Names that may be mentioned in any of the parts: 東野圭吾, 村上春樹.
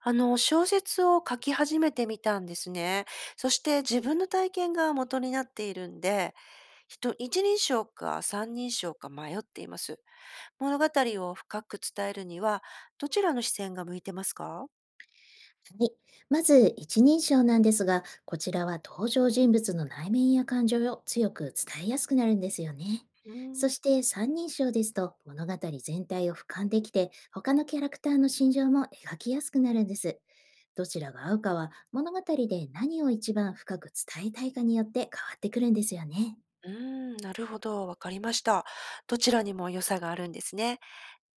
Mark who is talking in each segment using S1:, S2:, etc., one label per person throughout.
S1: 小説を書き始めてみたんですね。そして自分の体験が元になっているんで、一人称か三人称か迷っています。物語を深く伝えるには、どちらの視線が向いてますか？
S2: はい。まず、一人称なんですが、こちらは登場人物の内面や感情を強く伝えやすくなるんですよね。
S1: うー
S2: そ
S1: ん、
S2: して三人称ですと物語全体を俯瞰できて、他のキャラクターの心情も描きやすくなるんです。どちらが合うかは物語で何を一番深く伝えたいかによって変わってくるんですよね。
S1: うーん、なるほど。わかりました。どちらにも良さがあるんですね。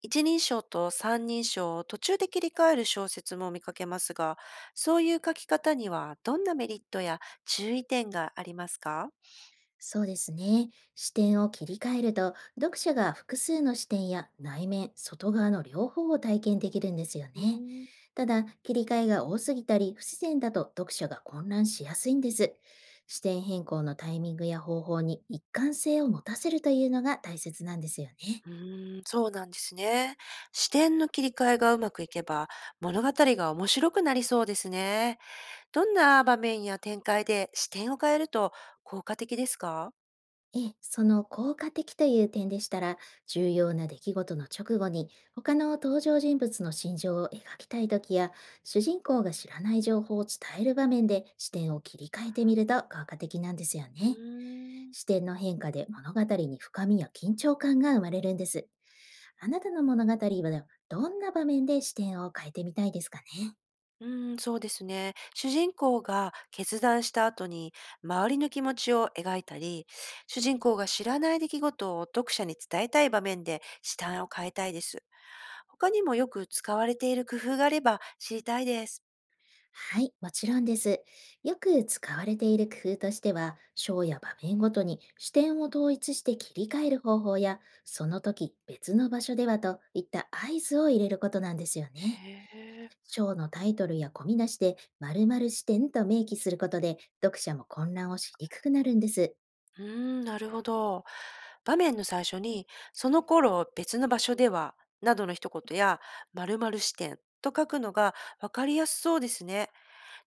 S1: 一人称と三人称を途中で切り替える小説も見かけますが、そういう書き方にはどんなメリットや注意点がありますか？
S2: そうですね。視点を切り替えると、読者が複数の視点や内面、外側の両方を体験できるんですよ
S1: うー
S2: ね。
S1: ん。
S2: ただ、切り替えが多すぎたり、不自然だと読者が混乱しやすいんです。視点変更のタイミングや方法に一貫性を持たせるというのが大切なんですよね。
S1: うーん、そうなんですね。視点の切り替えがうまくいけば、物語が面白くなりそうですね。どんな場面や展開で視点を変えると効果的ですか？
S2: ええ、その効果的という点でしたら、重要な出来事の直後に、他の登場人物の心情を描きたいときや、主人公が知らない情報を伝える場面で視点を切り替えてみると効果的なんですよ
S1: うー
S2: ね。視
S1: ん。
S2: 点の変化で物語に深みや緊張感が生まれるんです。あなたの物語はどんな場面で視点を変えてみたいですかね。
S1: うーん、そうですね。主人公が決断した後に周りの気持ちを描いたり、主人公が知らない出来事を読者に伝えたい場面で視点を変えたいです。他にもよく使われている工夫があれば知りたいです。
S2: はい、もちろんです。よく使われている工夫としては、章や場面ごとに視点を統一して切り替える方法や、その時別の場所ではといった合図を入れることなんですよね。
S1: へえ。
S2: 章のタイトルや込み出しで、〇〇視点と明記することで、読者も混乱をしにくくなるんです。
S1: うーん、なるほど。場面の最初に、その頃別の場所では、などの一言や、〇〇視点と書くのが分かりやすそうですね。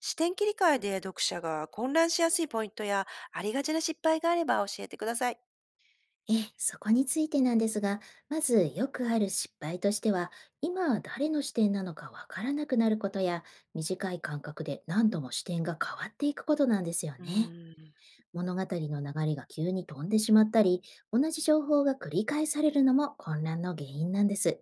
S1: 視点切り替えで読者が混乱しやすいポイントや、ありがちな失敗があれば教えてください。
S2: ええ、そこについてなんですが、まずよくある失敗としては、今は誰の視点なのかわからなくなることや、短い間隔で何度も視点が変わっていくことなんですよ
S1: う
S2: ね。
S1: ーん、
S2: 物語の流れが急に飛んでしまったり、同じ情報が繰り返されるのも混乱の原因なんです。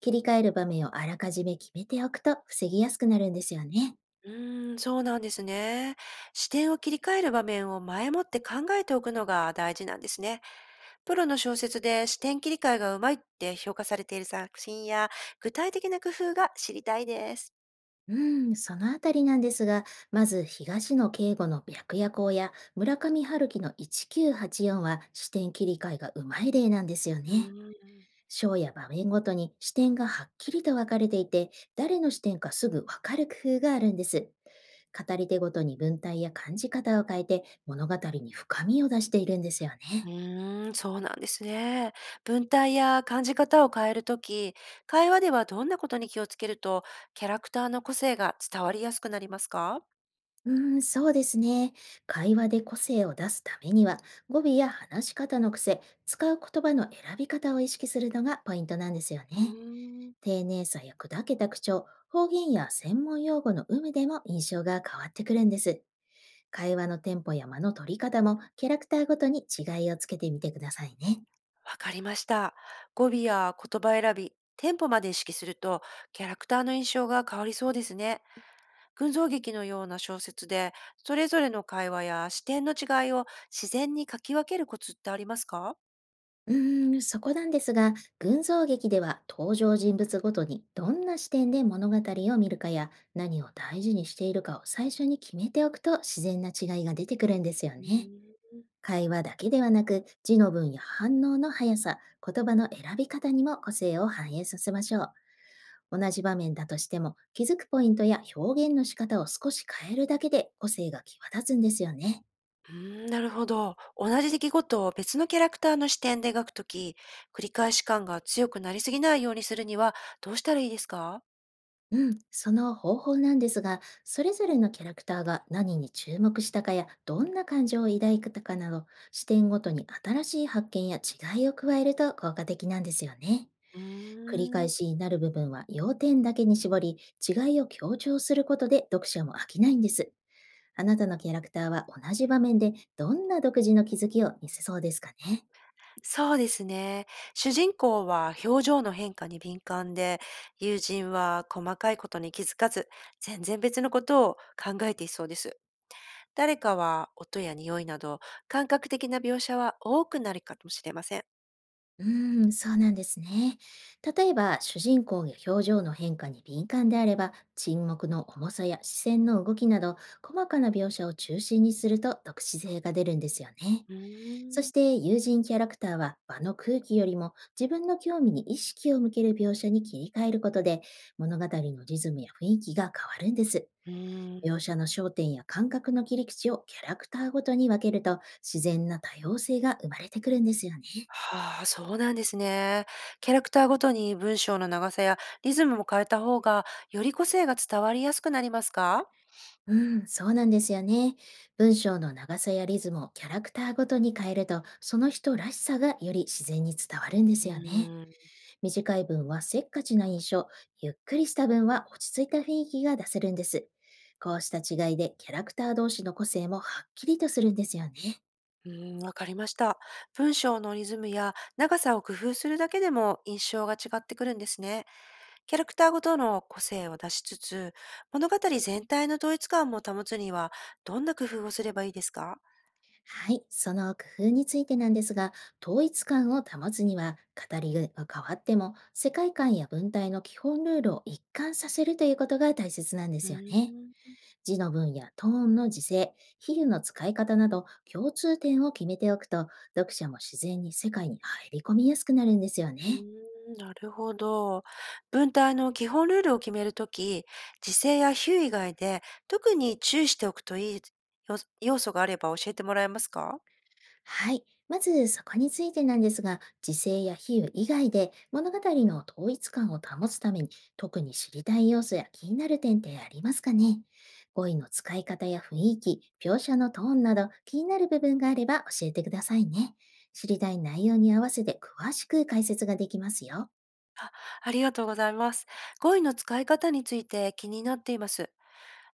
S2: 切り替える場面をあらかじめ決めておくと防ぎやすくなるんですよね。
S1: うーん、そうなんですね。視点を切り替える場面を前もって考えておくのが大事なんですね。プロの小説で視点切り替えがうまいって評価されている作品や、具体的な工夫が知りたいです。
S2: うん、そのあたりなんですが、まず東野圭吾の白夜行や村上春樹の1984はちよんは視点切り替えがうまい例なんですよ
S1: う
S2: ね。
S1: ーん。
S2: 章や場面ごとに視点がはっきりと分かれていて、誰の視点かすぐ分かる工夫があるんです。語り手ごとに文体や感じ方を変えて物語に深みを出しているんですよ
S1: う
S2: ね。
S1: ーん、そうなんですね。文体や感じ方を変えるとき、会話ではどんなことに気をつけると、キャラクターの個性が伝わりやすくなりますか？
S2: うーん、そうですね。会話で個性を出すためには、語尾や話し方の癖、使う言葉の選び方を意識するのがポイントなんですよ
S1: うー
S2: ね。
S1: ん。
S2: 丁寧さや砕けた口調、方言や専門用語の有無でも印象が変わってくるんです。会話のテンポや間の取り方もキャラクターごとに違いをつけてみてくださいね。
S1: わかりました。語尾や言葉選び、テンポまで意識すると、キャラクターの印象が変わりそうですね。群像劇のような小説で、それぞれの会話や視点の違いを自然に書き分けるコツってありますか？
S2: うーん、そこなんですが、群像劇では登場人物ごとにどんな視点で物語を見るかや何を大事にしているかを最初に決めておくと自然な違いが出てくるんですよ
S1: うー
S2: ね。
S1: ん、
S2: 会話だけではなく字の文や反応の速さ、言葉の選び方にも個性を反映させましょう。同じ場面だとしても気づくポイントや表現の仕方を少し変えるだけで個性が際立つんですよね。
S1: うーん、なるほど。同じ出来事を別のキャラクターの視点で描くとき、繰り返し感が強くなりすぎないようにするにはどうしたらいいですか？
S2: うん、その方法なんですが、それぞれのキャラクターが何に注目したかや、どんな感情を抱いたかなど、視点ごとに新しい発見や違いを加えると効果的なんですよね。
S1: うー
S2: 繰り返
S1: ん、
S2: しになる部分は要点だけに絞り、違いを強調することで読者も飽きないんです。あなたのキャラクターは同じ場面でどんな独自の気づきを見せそうですかね。
S1: そうですね。主人公は表情の変化に敏感で、友人は細かいことに気づかず、全然別のことを考えていそうです。誰かは音や匂いなど、感覚的な描写は多くなるかもしれません。
S2: うーん、そうなんですね。例えば、主人公や表情の変化に敏感であれば、沈黙の重さや視線の動きなど、細かな描写を中心にすると独自性が出るんですよね。
S1: う
S2: そ
S1: ー
S2: し
S1: ん。
S2: て、友人キャラクターは場の空気よりも自分の興味に意識を向ける描写に切り替えることで、物語のリズムや雰囲気が変わるんです。
S1: うー
S2: 描
S1: ん、
S2: 写の焦点や感覚の切り口をキャラクターごとに分けると、自然な多様性が生まれてくるんですよね。
S1: はあ、そうなんですね。キャラクターごとに文章の長さやリズムも変えた方が、より個性が伝わりやすくなりますか？
S2: うん、そうなんですよね。文章の長さやリズムをキャラクターごとに変えると、その人らしさがより自然に伝わるんで
S1: う
S2: すよね。
S1: ーん、
S2: 短い文はせっかちな印象、ゆっくりした文は落ち着いた雰囲気が出せるんです。こうした違いでキャラクター同士の個性もはっきりとするんですよね。
S1: うーん、わかりました。文章のリズムや長さを工夫するだけでも印象が違ってくるんですね。キャラクターごとの個性を出しつつ、物語全体の統一感も保つには、どんな工夫をすればいいですか？
S2: はい、その工夫についてなんですが、統一感を保つには、語りが変わっても、世界観や文体の基本ルールを一貫させるということが大切なんで
S1: うー
S2: すよね。
S1: ん、
S2: 字の分やトーンの時制、比喩の使い方など共通点を決めておくと、読者も自然に世界に入り込みやすくなるんですよ
S1: う
S2: ね。
S1: ーん、なるほど。文体の基本ルールを決めるとき、時制や比喩以外で特に注意しておくといい要素があれば教えてもらえますか？
S2: はい。まずそこについてなんですが、時制や比喩以外で物語の統一感を保つために特に知りたい要素や気になる点ってありますかね。語彙の使い方や雰囲気、描写のトーンなど気になる部分があれば教えてくださいね。知りたい内容に合わせて詳しく解説ができますよ。
S1: ありがとうございます。語彙の使い方について気になっています。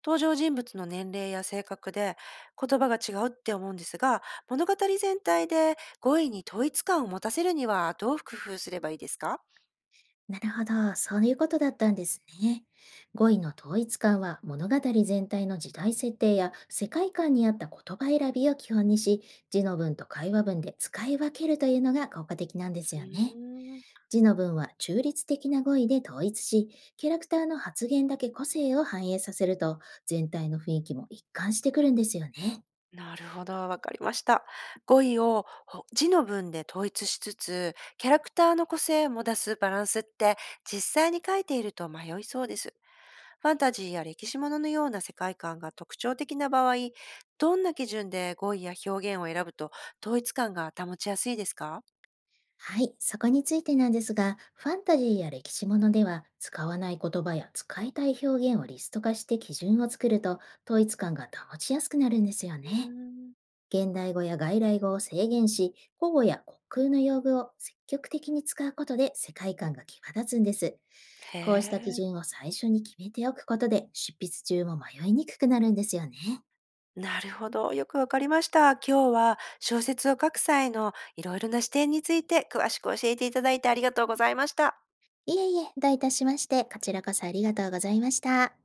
S1: 登場人物の年齢や性格で言葉が違うって思うんですが、物語全体で語彙に統一感を持たせるにはどう工夫すればいいですか？
S2: なるほど、そういうことだったんですね。語彙の統一感は物語全体の時代設定や世界観に合った言葉選びを基本にし、字の文と会話文で使い分けるというのが効果的なんです
S1: う
S2: よね。
S1: ーん、
S2: 字の文は中立的な語彙で統一し、キャラクターの発言だけ個性を反映させると、全体の雰囲気も一貫してくるんですよね。
S1: なるほど、わかりました。語彙を字の文で統一しつつ、キャラクターの個性も出すバランスって実際に書いていると迷いそうです。ファンタジーや歴史もののような世界観が特徴的な場合、どんな基準で語彙や表現を選ぶと統一感が保ちやすいですか？
S2: はい、そこについてなんですが、ファンタジーや歴史ものでは、使わない言葉や使いたい表現をリスト化して基準を作ると、統一感が保ちやすくなるんですよ
S1: う
S2: ね。
S1: ーん。
S2: 現代語や外来語を制限し、古語や国空の用具を積極的に使うことで世界観が際立つんです。
S1: へ
S2: こうした基
S1: え、
S2: 準を最初に決めておくことで、執筆中も迷いにくくなるんですよね。
S1: なるほど、よくわかりました。今日は小説を書く際のいろいろな視点について詳しく教えていただいてありがとうございました。
S2: いえいえ、どういたしまして、こちらこそありがとうございました。